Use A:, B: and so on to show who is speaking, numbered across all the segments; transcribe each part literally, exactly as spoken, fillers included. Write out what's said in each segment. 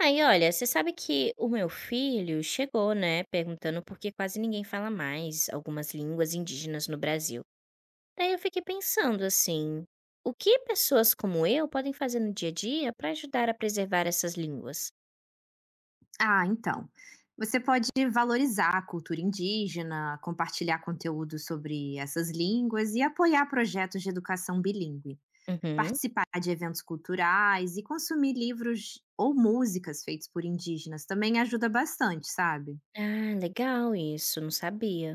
A: Aí olha, você sabe que o meu filho chegou, né, perguntando por que quase ninguém fala mais algumas línguas indígenas no Brasil. Daí eu fiquei pensando assim, o que pessoas como eu podem fazer no dia a dia para ajudar a preservar essas línguas?
B: Ah, então. Você pode valorizar a cultura indígena, compartilhar conteúdo sobre essas línguas e apoiar projetos de educação bilíngue.
A: Uhum.
B: Participar de eventos culturais e consumir livros ou músicas feitos por indígenas também ajuda bastante, sabe?
A: Ah, legal isso, não sabia.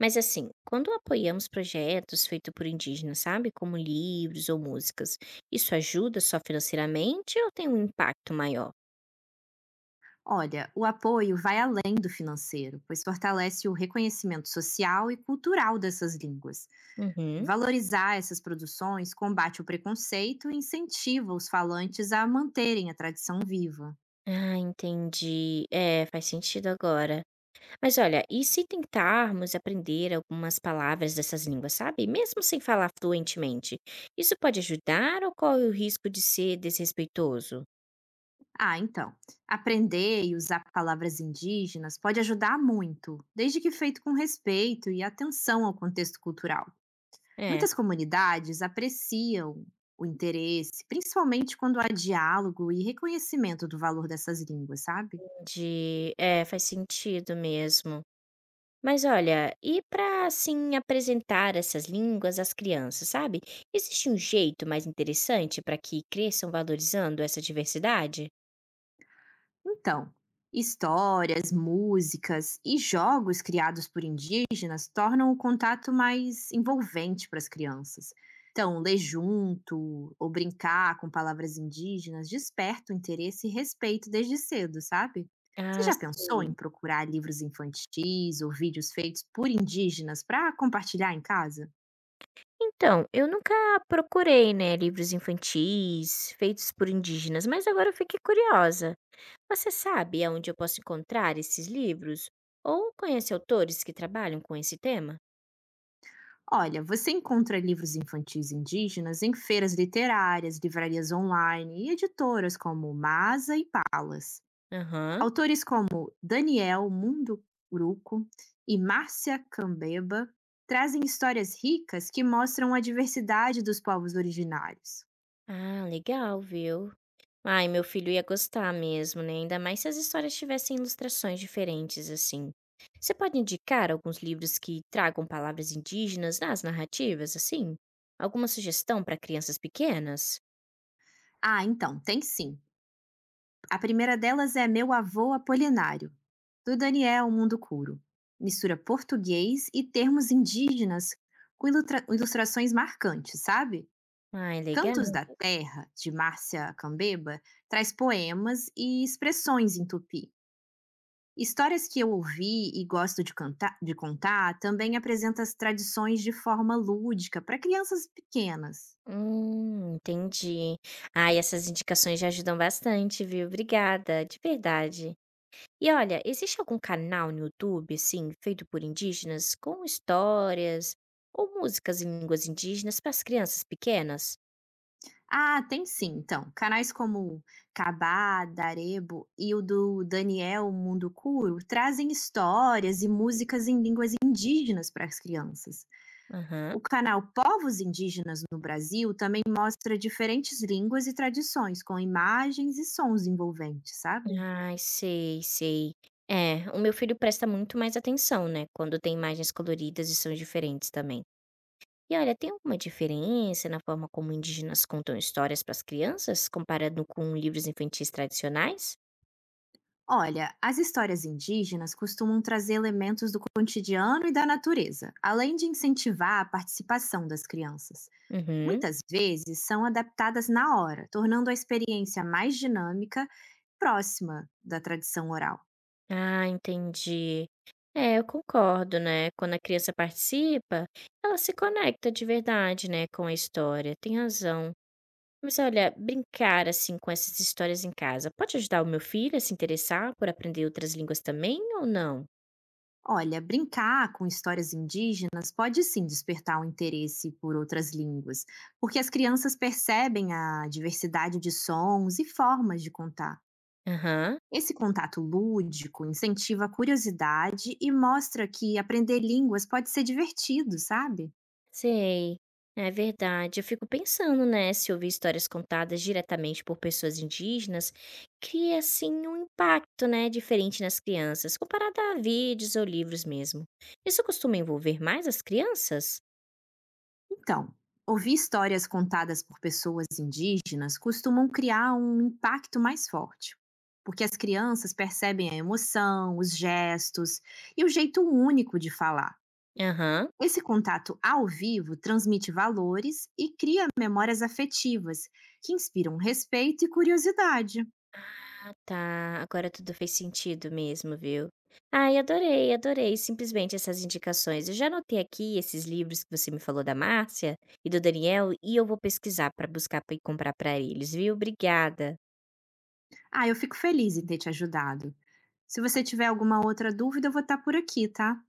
A: Mas assim, quando apoiamos projetos feitos por indígenas, sabe, como livros ou músicas, isso ajuda só financeiramente ou tem um impacto maior?
B: Olha, o apoio vai além do financeiro, pois fortalece o reconhecimento social e cultural dessas línguas.
A: Uhum.
B: Valorizar essas produções combate o preconceito e incentiva os falantes a manterem a tradição viva.
A: Ah, entendi. É, faz sentido agora. Mas olha, e se tentarmos aprender algumas palavras dessas línguas, sabe? Mesmo sem falar fluentemente, isso pode ajudar ou corre o risco de ser desrespeitoso?
B: Ah, então. Aprender e usar palavras indígenas pode ajudar muito, desde que feito com respeito e atenção ao contexto cultural.
A: É,
B: Muitas comunidades apreciam o interesse, principalmente quando há diálogo e reconhecimento do valor dessas línguas, sabe?
A: entendi. É, faz sentido mesmo. Mas olha, e para assim apresentar essas línguas às crianças, sabe? Existe um jeito mais interessante para que cresçam valorizando essa diversidade?
B: Então, histórias, músicas e jogos criados por indígenas tornam o contato mais envolvente para as crianças. Então, ler junto ou brincar com palavras indígenas desperta o interesse e respeito desde cedo, sabe? Você
A: Ah,
B: já pensou em
A: sim.
B: procurar livros infantis ou vídeos feitos por indígenas para compartilhar em casa?
A: Então, eu nunca procurei, né, livros infantis feitos por indígenas, mas agora eu fiquei curiosa. Você sabe aonde eu posso encontrar esses livros? Ou conhece autores que trabalham com esse tema?
B: Olha, você encontra livros infantis indígenas em feiras literárias, livrarias online e editoras como Masa e Palas.
A: Aham.
B: Autores como Daniel Munduruku e Márcia Cambeba trazem histórias ricas que mostram a diversidade dos povos originários.
A: Ah, legal, viu? Ai, meu filho ia gostar mesmo, né? Ainda mais se as histórias tivessem ilustrações diferentes, assim. Você pode indicar alguns livros que tragam palavras indígenas nas narrativas, assim? Alguma sugestão para crianças pequenas?
B: Ah, então, tem sim. A primeira delas é Meu Avô Apolinário, do Daniel Munducuro. Mistura português e termos indígenas com ilutra- ilustrações marcantes, sabe?
A: Ai, legal.
B: Cantos da Terra, de Márcia Cambeba, traz poemas e expressões em tupi. Histórias que eu ouvi e gosto de, cantar, de contar também apresenta as tradições de forma lúdica para crianças pequenas.
A: Hum, entendi. Ai, essas indicações já ajudam bastante, viu? Obrigada, de verdade. E olha, existe algum canal no YouTube, assim, feito por indígenas, com histórias ou músicas em línguas indígenas para as crianças pequenas?
B: Ah, tem sim, então. Canais como Cabá, Darebo e o do Daniel Munducuro trazem histórias e músicas em línguas indígenas para as crianças.
A: Aham.
B: O canal Povos Indígenas no Brasil também mostra diferentes línguas e tradições, com imagens e sons envolventes, sabe?
A: Ai, sei, sei. É, o meu filho presta muito mais atenção, né? Quando tem imagens coloridas e sons diferentes também. E olha, tem alguma diferença na forma como indígenas contam histórias para as crianças, comparando com livros infantis tradicionais?
B: Olha, as histórias indígenas costumam trazer elementos do cotidiano e da natureza, além de incentivar a participação das crianças.
A: Uhum.
B: Muitas vezes são adaptadas na hora, tornando a experiência mais dinâmica e próxima da tradição oral.
A: Ah, entendi. É, eu concordo, né? Quando a criança participa, ela se conecta de verdade, né, com a história. Tem razão. Mas olha, brincar assim com essas histórias em casa pode ajudar o meu filho a se interessar por aprender outras línguas também ou não?
B: Olha, brincar com histórias indígenas pode sim despertar o interesse por outras línguas, porque as crianças percebem a diversidade de sons e formas de contar.
A: Aham.
B: Esse contato lúdico incentiva a curiosidade e mostra que aprender línguas pode ser divertido, sabe?
A: Sei, é verdade. Eu fico pensando, né, se ouvir histórias contadas diretamente por pessoas indígenas, cria assim um impacto, né, diferente nas crianças, comparado a vídeos ou livros mesmo. Isso costuma envolver mais as crianças?
B: Então, ouvir histórias contadas por pessoas indígenas costumam criar um impacto mais forte, porque as crianças percebem a emoção, os gestos e o jeito único de falar.
A: Aham.
B: Esse contato ao vivo transmite valores e cria memórias afetivas que inspiram respeito e curiosidade.
A: Ah, tá. Agora tudo fez sentido mesmo, viu? Ai, adorei, adorei. Simplesmente essas indicações. Eu já anotei aqui esses livros que você me falou da Márcia e do Daniel e eu vou pesquisar para buscar e comprar para eles, viu? Obrigada.
B: Ah, eu fico feliz em ter te ajudado. Se você tiver alguma outra dúvida, eu vou estar por aqui, tá?